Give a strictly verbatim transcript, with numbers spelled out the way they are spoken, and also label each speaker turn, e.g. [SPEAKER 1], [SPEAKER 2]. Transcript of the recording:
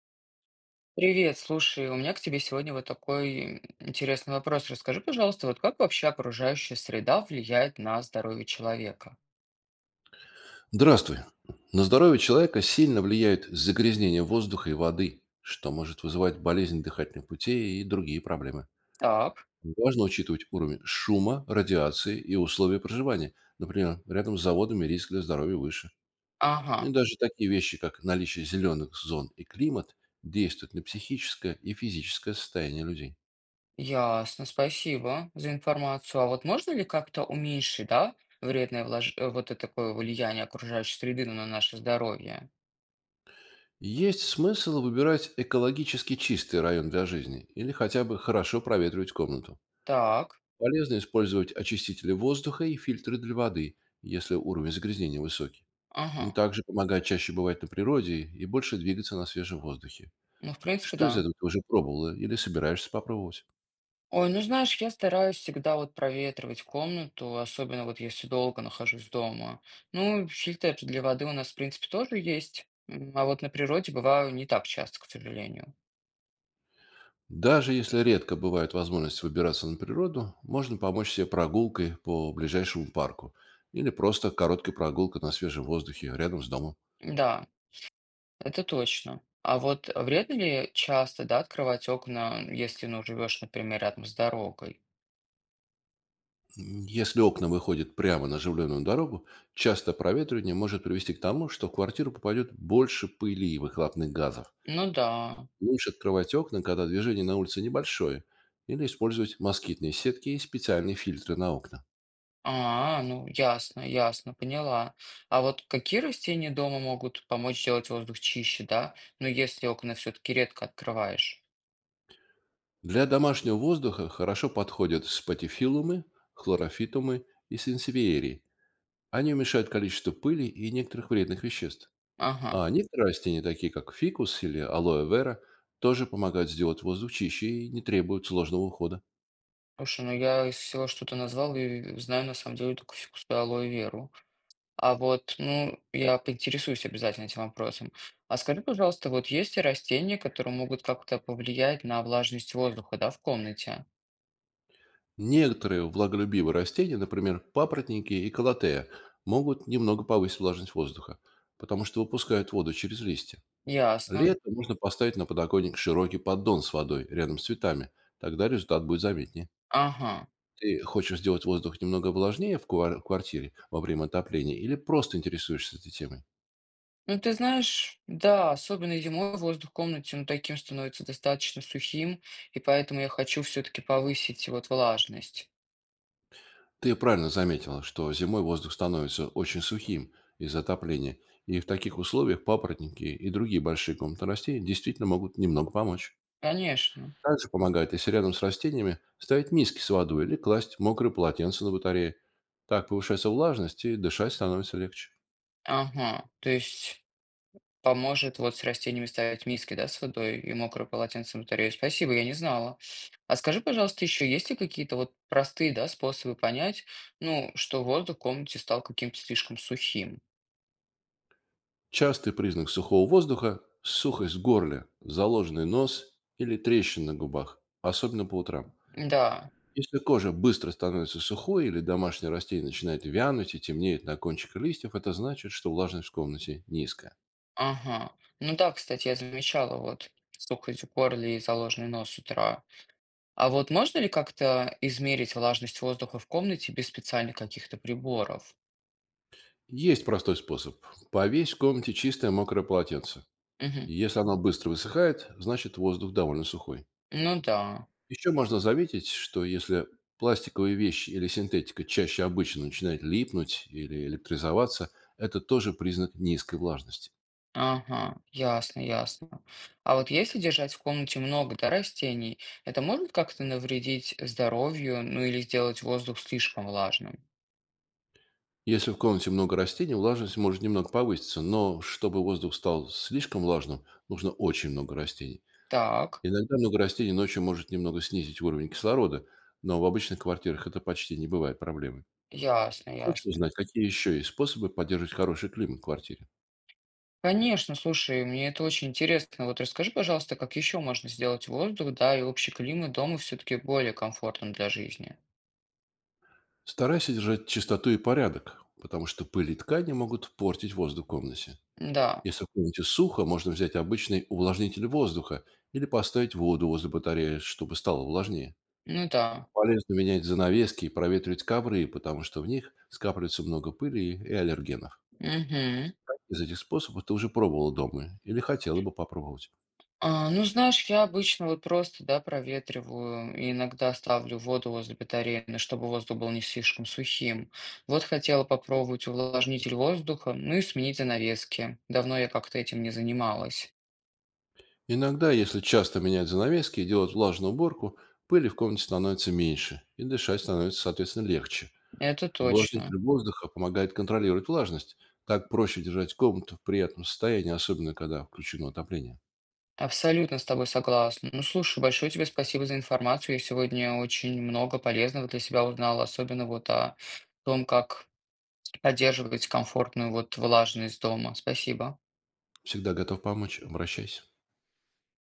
[SPEAKER 1] Привет, слушай, у меня к тебе сегодня вот такой интересный вопрос. Расскажи, пожалуйста, вот как вообще окружающая среда влияет на здоровье человека?
[SPEAKER 2] Здравствуй. На здоровье человека сильно влияют загрязнение воздуха и воды, что может вызывать болезни дыхательных путей и другие проблемы.
[SPEAKER 1] Так,
[SPEAKER 2] Важно учитывать уровень шума, радиации и условия проживания. Например, рядом с заводами риск для здоровья выше.
[SPEAKER 1] ага,
[SPEAKER 2] И даже такие вещи, как наличие зеленых зон и климат, действуют на психическое и физическое состояние людей.
[SPEAKER 1] ясно, спасибо за информацию. А вот можно ли как-то уменьшить, да, вредное влаж- э, вот это такое влияние окружающей среды на наше здоровье?
[SPEAKER 2] Есть смысл выбирать экологически чистый район для жизни или хотя бы хорошо проветривать комнату.
[SPEAKER 1] Так,
[SPEAKER 2] Полезно использовать очистители воздуха и фильтры для воды, если уровень загрязнения высокий.
[SPEAKER 1] ага,
[SPEAKER 2] Ну, Также помогает чаще бывать на природе и больше двигаться на свежем воздухе.
[SPEAKER 1] ну в принципе
[SPEAKER 2] Что из
[SPEAKER 1] да.
[SPEAKER 2] этого ты уже пробовала или собираешься попробовать?
[SPEAKER 1] Ой, ну знаешь, я стараюсь всегда вот проветривать комнату, особенно вот если долго нахожусь дома. Ну, фильтр для воды у нас, в принципе, тоже есть, м, а вот на природе бываю не так часто, к сожалению.
[SPEAKER 2] Даже если редко бывает возможность выбираться на природу, можно помочь себе прогулкой по ближайшему парку или просто короткой прогулкой на свежем воздухе рядом с домом.
[SPEAKER 1] Да, это точно. А вот вредно ли часто, да, открывать окна, если, ну, живешь, например, рядом с дорогой?
[SPEAKER 2] Если окна выходят прямо на оживленную дорогу, часто проветривание может привести к тому, что в квартиру попадет больше пыли и выхлопных газов.
[SPEAKER 1] Ну да.
[SPEAKER 2] Лучше открывать окна, когда движение на улице небольшое, или использовать москитные сетки и специальные фильтры на окна.
[SPEAKER 1] А, ну ясно, ясно, поняла. А вот какие растения дома могут помочь сделать воздух чище, да? Ну, если окна все-таки редко открываешь?
[SPEAKER 2] Для домашнего воздуха хорошо подходят спатифилумы, хлорофитумы и сенсевиерии. Они уменьшают количество пыли и некоторых вредных веществ.
[SPEAKER 1] Ага.
[SPEAKER 2] А некоторые растения, такие как фикус или алоэ вера, тоже помогают сделать воздух чище и не требуют сложного ухода.
[SPEAKER 1] Слушай, ну я из всего, что ты назвал, и знаю на самом деле только фикусу алоэ веру. А вот, ну, я поинтересуюсь обязательно этим вопросом. А скажи, пожалуйста, вот есть ли растения, которые могут как-то повлиять на влажность воздуха, да, в комнате?
[SPEAKER 2] Некоторые влаголюбивые растения, например, папоротники и колотея, могут немного повысить влажность воздуха, потому что выпускают воду через листья.
[SPEAKER 1] Ясно.
[SPEAKER 2] Летом можно поставить на подоконник широкий поддон с водой рядом с цветами. Тогда результат будет заметнее.
[SPEAKER 1] Ага.
[SPEAKER 2] Ты хочешь сделать воздух немного влажнее в квар- квартире во время отопления или просто интересуешься этой темой?
[SPEAKER 1] Ну, ты знаешь, да, особенно зимой воздух в комнате, ну, таким становится достаточно сухим, и поэтому я хочу все-таки повысить вот влажность.
[SPEAKER 2] Ты правильно заметила, что зимой воздух становится очень сухим из-за отопления, и в таких условиях папоротники и другие большие комнатные растения действительно могут немного помочь.
[SPEAKER 1] Конечно.
[SPEAKER 2] Также помогает, если рядом с растениями ставить миски с водой или класть мокрые полотенца на батарее. Так повышается влажность и дышать становится легче.
[SPEAKER 1] Ага. То есть поможет вот с растениями ставить миски, да, с водой и мокрое полотенце на батарею. Спасибо, я не знала. А скажи, пожалуйста, еще есть ли какие-то вот простые, да, способы понять, ну, что воздух в комнате стал каким-то слишком сухим?
[SPEAKER 2] Частый признак сухого воздуха — сухость в горле, заложенный нос или трещины на губах, особенно по утрам.
[SPEAKER 1] Да,
[SPEAKER 2] Если кожа быстро становится сухой или домашнее растение начинает вянуть и темнеет на кончиках листьев, это значит, что влажность в комнате низкая.
[SPEAKER 1] ага. Ну да, кстати, я замечала вот сухость в горле и заложенный нос с утра. А вот можно ли как-то измерить влажность воздуха в комнате без специальных каких-то приборов?
[SPEAKER 2] Есть простой способ. Повесь в комнате чистое мокрое полотенце.
[SPEAKER 1] Мгм.
[SPEAKER 2] И если оно быстро высыхает, значит воздух довольно сухой.
[SPEAKER 1] Ну да.
[SPEAKER 2] Еще можно заметить, что если пластиковые вещи или синтетика чаще обычно начинает липнуть или электризоваться, это тоже признак низкой влажности.
[SPEAKER 1] Ага, ясно, ясно. А вот если держать в комнате много, да, растений, это может как-то навредить здоровью, ну или сделать воздух слишком влажным?
[SPEAKER 2] Если в комнате много растений, влажность может немного повыситься, но чтобы воздух стал слишком влажным, нужно очень много растений.
[SPEAKER 1] Так,
[SPEAKER 2] Иногда много растений ночью может немного снизить уровень кислорода, но в обычных квартирах это почти не бывает проблемой.
[SPEAKER 1] ясно,
[SPEAKER 2] Хочешь
[SPEAKER 1] ясно.
[SPEAKER 2] узнать, какие еще есть способы поддерживать хороший климат в квартире?
[SPEAKER 1] Конечно, слушай, мне это очень интересно. Вот расскажи, пожалуйста, как еще можно сделать воздух, да, и общий климат дома все-таки более комфортным для жизни?
[SPEAKER 2] Старайся держать чистоту и порядок, потому что пыль и ткани могут портить воздух в комнате.
[SPEAKER 1] Да,
[SPEAKER 2] Если в комнате сухо, можно взять обычный увлажнитель воздуха или поставить воду возле батареи, чтобы стало влажнее.
[SPEAKER 1] ну да.
[SPEAKER 2] Полезно менять занавески и проветривать ковры, потому что в них скапливается много пыли и аллергенов.
[SPEAKER 1] Угу.
[SPEAKER 2] Из этих способов ты уже пробовала дома или хотела бы попробовать.
[SPEAKER 1] А, ну, знаешь, я обычно вот просто, да, проветриваю и иногда ставлю воду возле батареи, ну, чтобы воздух был не слишком сухим. Вот хотела попробовать увлажнитель воздуха, ну и сменить занавески. Давно я как-то этим не занималась.
[SPEAKER 2] Иногда, если часто менять занавески и делать влажную уборку, пыли в комнате становится меньше и дышать становится, соответственно, легче.
[SPEAKER 1] Это точно.
[SPEAKER 2] Увлажнитель воздуха помогает контролировать влажность. Так проще держать комнату в приятном состоянии, особенно когда включено отопление.
[SPEAKER 1] Абсолютно с тобой согласна. Ну, слушай, большое тебе спасибо за информацию. Я сегодня очень много полезного для себя узнала, особенно вот о том, как поддерживать комфортную вот влажность дома. Спасибо.
[SPEAKER 2] Всегда готов помочь. Обращайся.